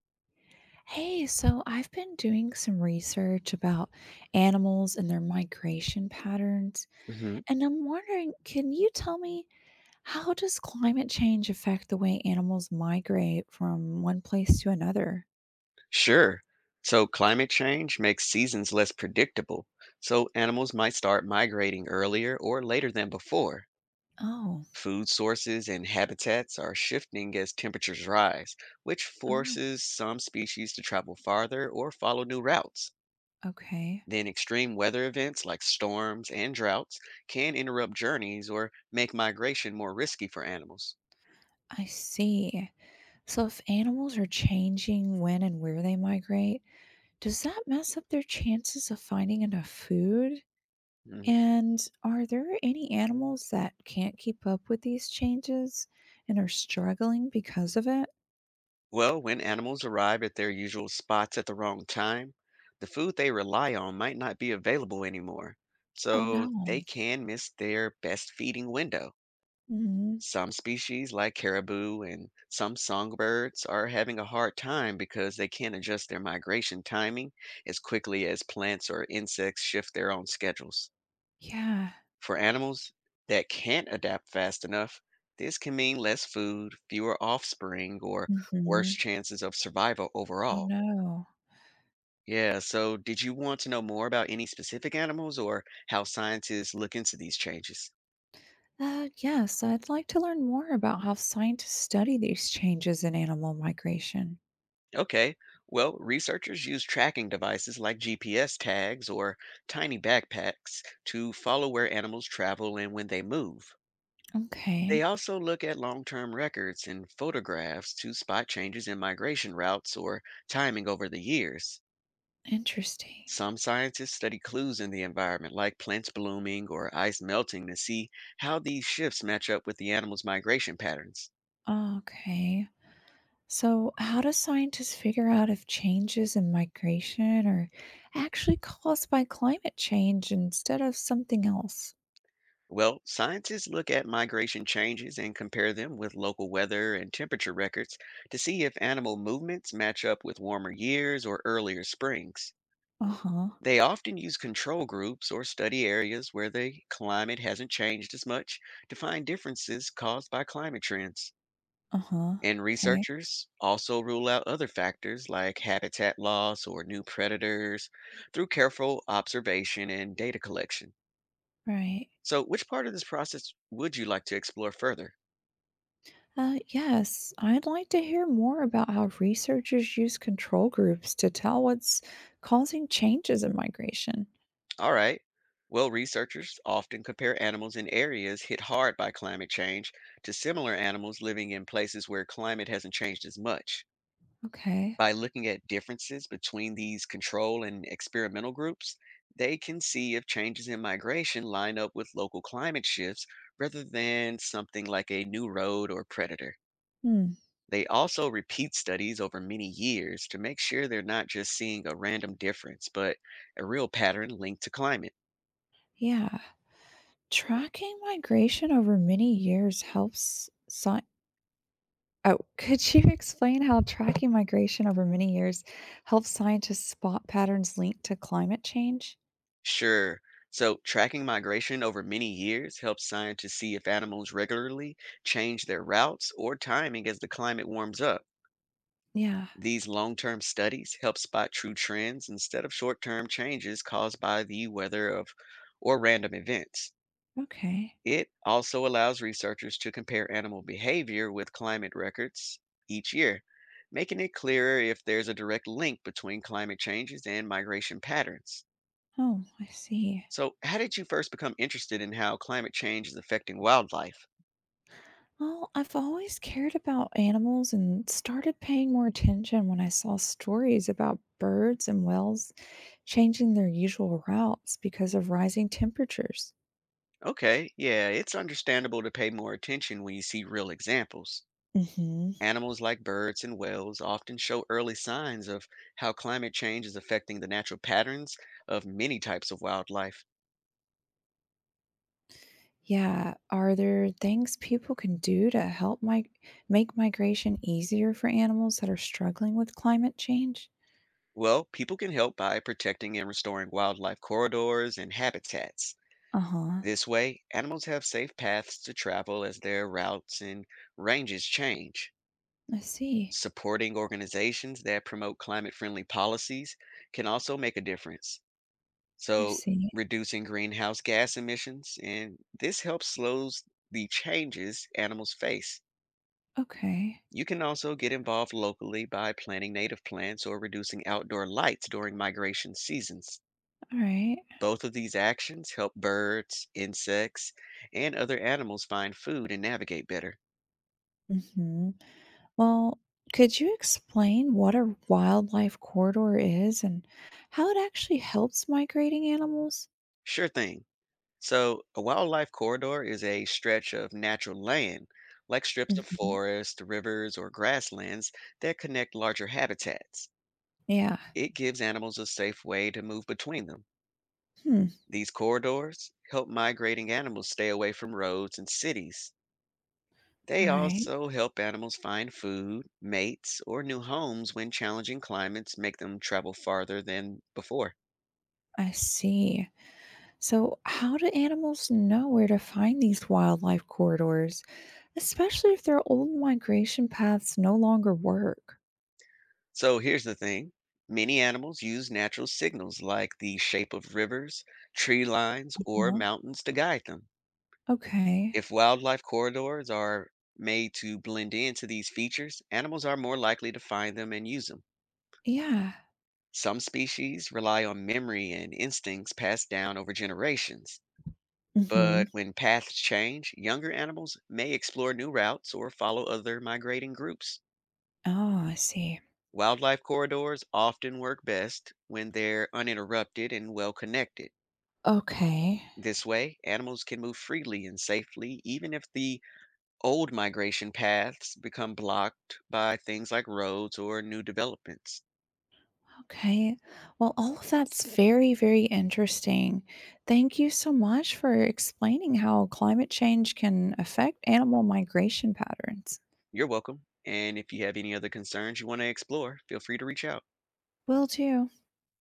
Hey, so I've been doing some research about animals and their migration patterns, hmm and I'm wondering, can you tell me how does climate change affect the way animals migrate from one place to another? Sure. So climate change makes seasons less predictable. So animals might start migrating earlier or later than before. Oh, Food sources and habitats are shifting as temperatures rise, which oh, forces some species to travel farther or follow new routes. okay. Then, extreme weather events like storms and droughts can interrupt journeys or make migration more risky for animals. I see. So if animals are changing when and where they migrate, does that mess up their chances of finding enough food? Mm, And are there any animals that can't keep up with these changes and are struggling because of it? Well, when animals arrive at their usual spots at the wrong time, the food they rely on might not be available anymore, Oh so they no. can miss their best feeding window. Hmm. Some species, like caribou and some songbirds, are having a hard time because they can't adjust their migration timing as quickly as plants or insects shift their own schedules. Yeah. For animals that can't adapt fast enough, this can mean less food, fewer offspring, or worse Hmm. chances of survival Oh overall. no. Yeah, so did you want to know more about any specific animals or how scientists look into these changes? Yes, I'd like to learn more about how scientists study these changes in animal migration. Okay, well, researchers use tracking devices like GPS tags or tiny backpacks to follow where animals travel and when they move. They Okay, also look at long-term records and photographs to spot changes in migration routes or timing over the years. interesting. Some scientists study clues in the environment, like plants blooming or ice melting, to see how these shifts match up with the animal's migration patterns. Okay. So, how do scientists figure out if changes in migration are actually caused by climate change instead of something else? Well, scientists look at migration changes and compare them with local weather and temperature records to see if animal movements match up with warmer years or earlier springs. Uh-huh, They often use control groups or study areas where the climate hasn't changed as much to find differences caused by climate trends. uh-huh. And Okay, researchers also rule out other factors like habitat loss or new predators through careful observation and data collection. right. So, which part of this process would you like to explore further? Yes, I'd like to hear more about how researchers use control groups to tell what's causing changes in migration. All right. Well, researchers often compare animals in areas hit hard by climate change to similar animals living in places where climate hasn't changed as much. Okay. By looking at differences between these control and experimental groups, they can see if changes in migration line up with local climate shifts rather than something like a new road or predator. Hmm. They also repeat studies over many years to make sure they're not just seeing a random difference, but a real pattern linked to climate. Yeah. Tracking migration over many years helps sci- Oh, could you explain how tracking migration over many years helps scientists spot patterns linked to climate change? Sure. So, tracking migration over many years helps scientists see if animals regularly change their routes or timing as the climate warms up. Yeah. These long term studies help spot true trends instead of short term changes caused by the weather of or random events. Okay. It also allows researchers to compare animal behavior with climate records each year, making it clearer if there's a direct link between climate changes and migration patterns. Oh, I see. So, how did you first become interested in how climate change is affecting wildlife? Well, I've always cared about animals and started paying more attention when I saw stories about birds and whales changing their usual routes because of rising temperatures. Okay, yeah, it's understandable to pay more attention when you see real examples. Hmm. Animals like birds and whales often show early signs of how climate change is affecting the natural patterns of many types of wildlife. Yeah, are there things people can do to make migration easier for animals that are struggling with climate change? Well, people can help by protecting and restoring wildlife corridors and habitats. Uh huh. This way, animals have safe paths to travel as their routes and ranges change. I see. Supporting organizations that promote climate friendly policies can also make a difference. I so see. Reducing greenhouse gas emissions, and this helps slows the changes animals face. Okay. You can also get involved locally by planting native plants or reducing outdoor lights during migration seasons. All right. Both of these actions help birds, insects, and other animals find food and navigate better. Mm-hmm. Well, could you explain what a wildlife corridor is and how it actually helps migrating animals? Sure thing. So, a wildlife corridor is a stretch of natural land, like strips of Hmm. forest, rivers, or grasslands that connect larger habitats. Yeah. It gives animals a safe way to move between them. Hmm. These corridors help migrating animals stay away from roads and cities. They All right. also help animals find food, mates, or new homes when challenging climates make them travel farther than before. I see. So, how do animals know where to find these wildlife corridors, especially if their old migration paths no longer work? So here's the thing, many animals use natural signals like the shape of rivers, tree lines, or Well, mountains to guide them. okay. If wildlife corridors are made to blend into these features, animals are more likely to find them and use them. Yeah. Some species rely on memory and instincts passed down over generations. Mm-hmm. But when paths change, younger animals may explore new routes or follow other migrating groups. Oh, I see. Wildlife corridors often work best when they're uninterrupted and well connected. Okay. This way, animals can move freely and safely, even if the old migration paths become blocked by things like roads or new developments. Okay. Well, all of that's very, very interesting. Thank you so much for explaining how climate change can affect animal migration patterns. You're welcome. And if you have any other concerns you want to explore, feel free to reach out. Will do.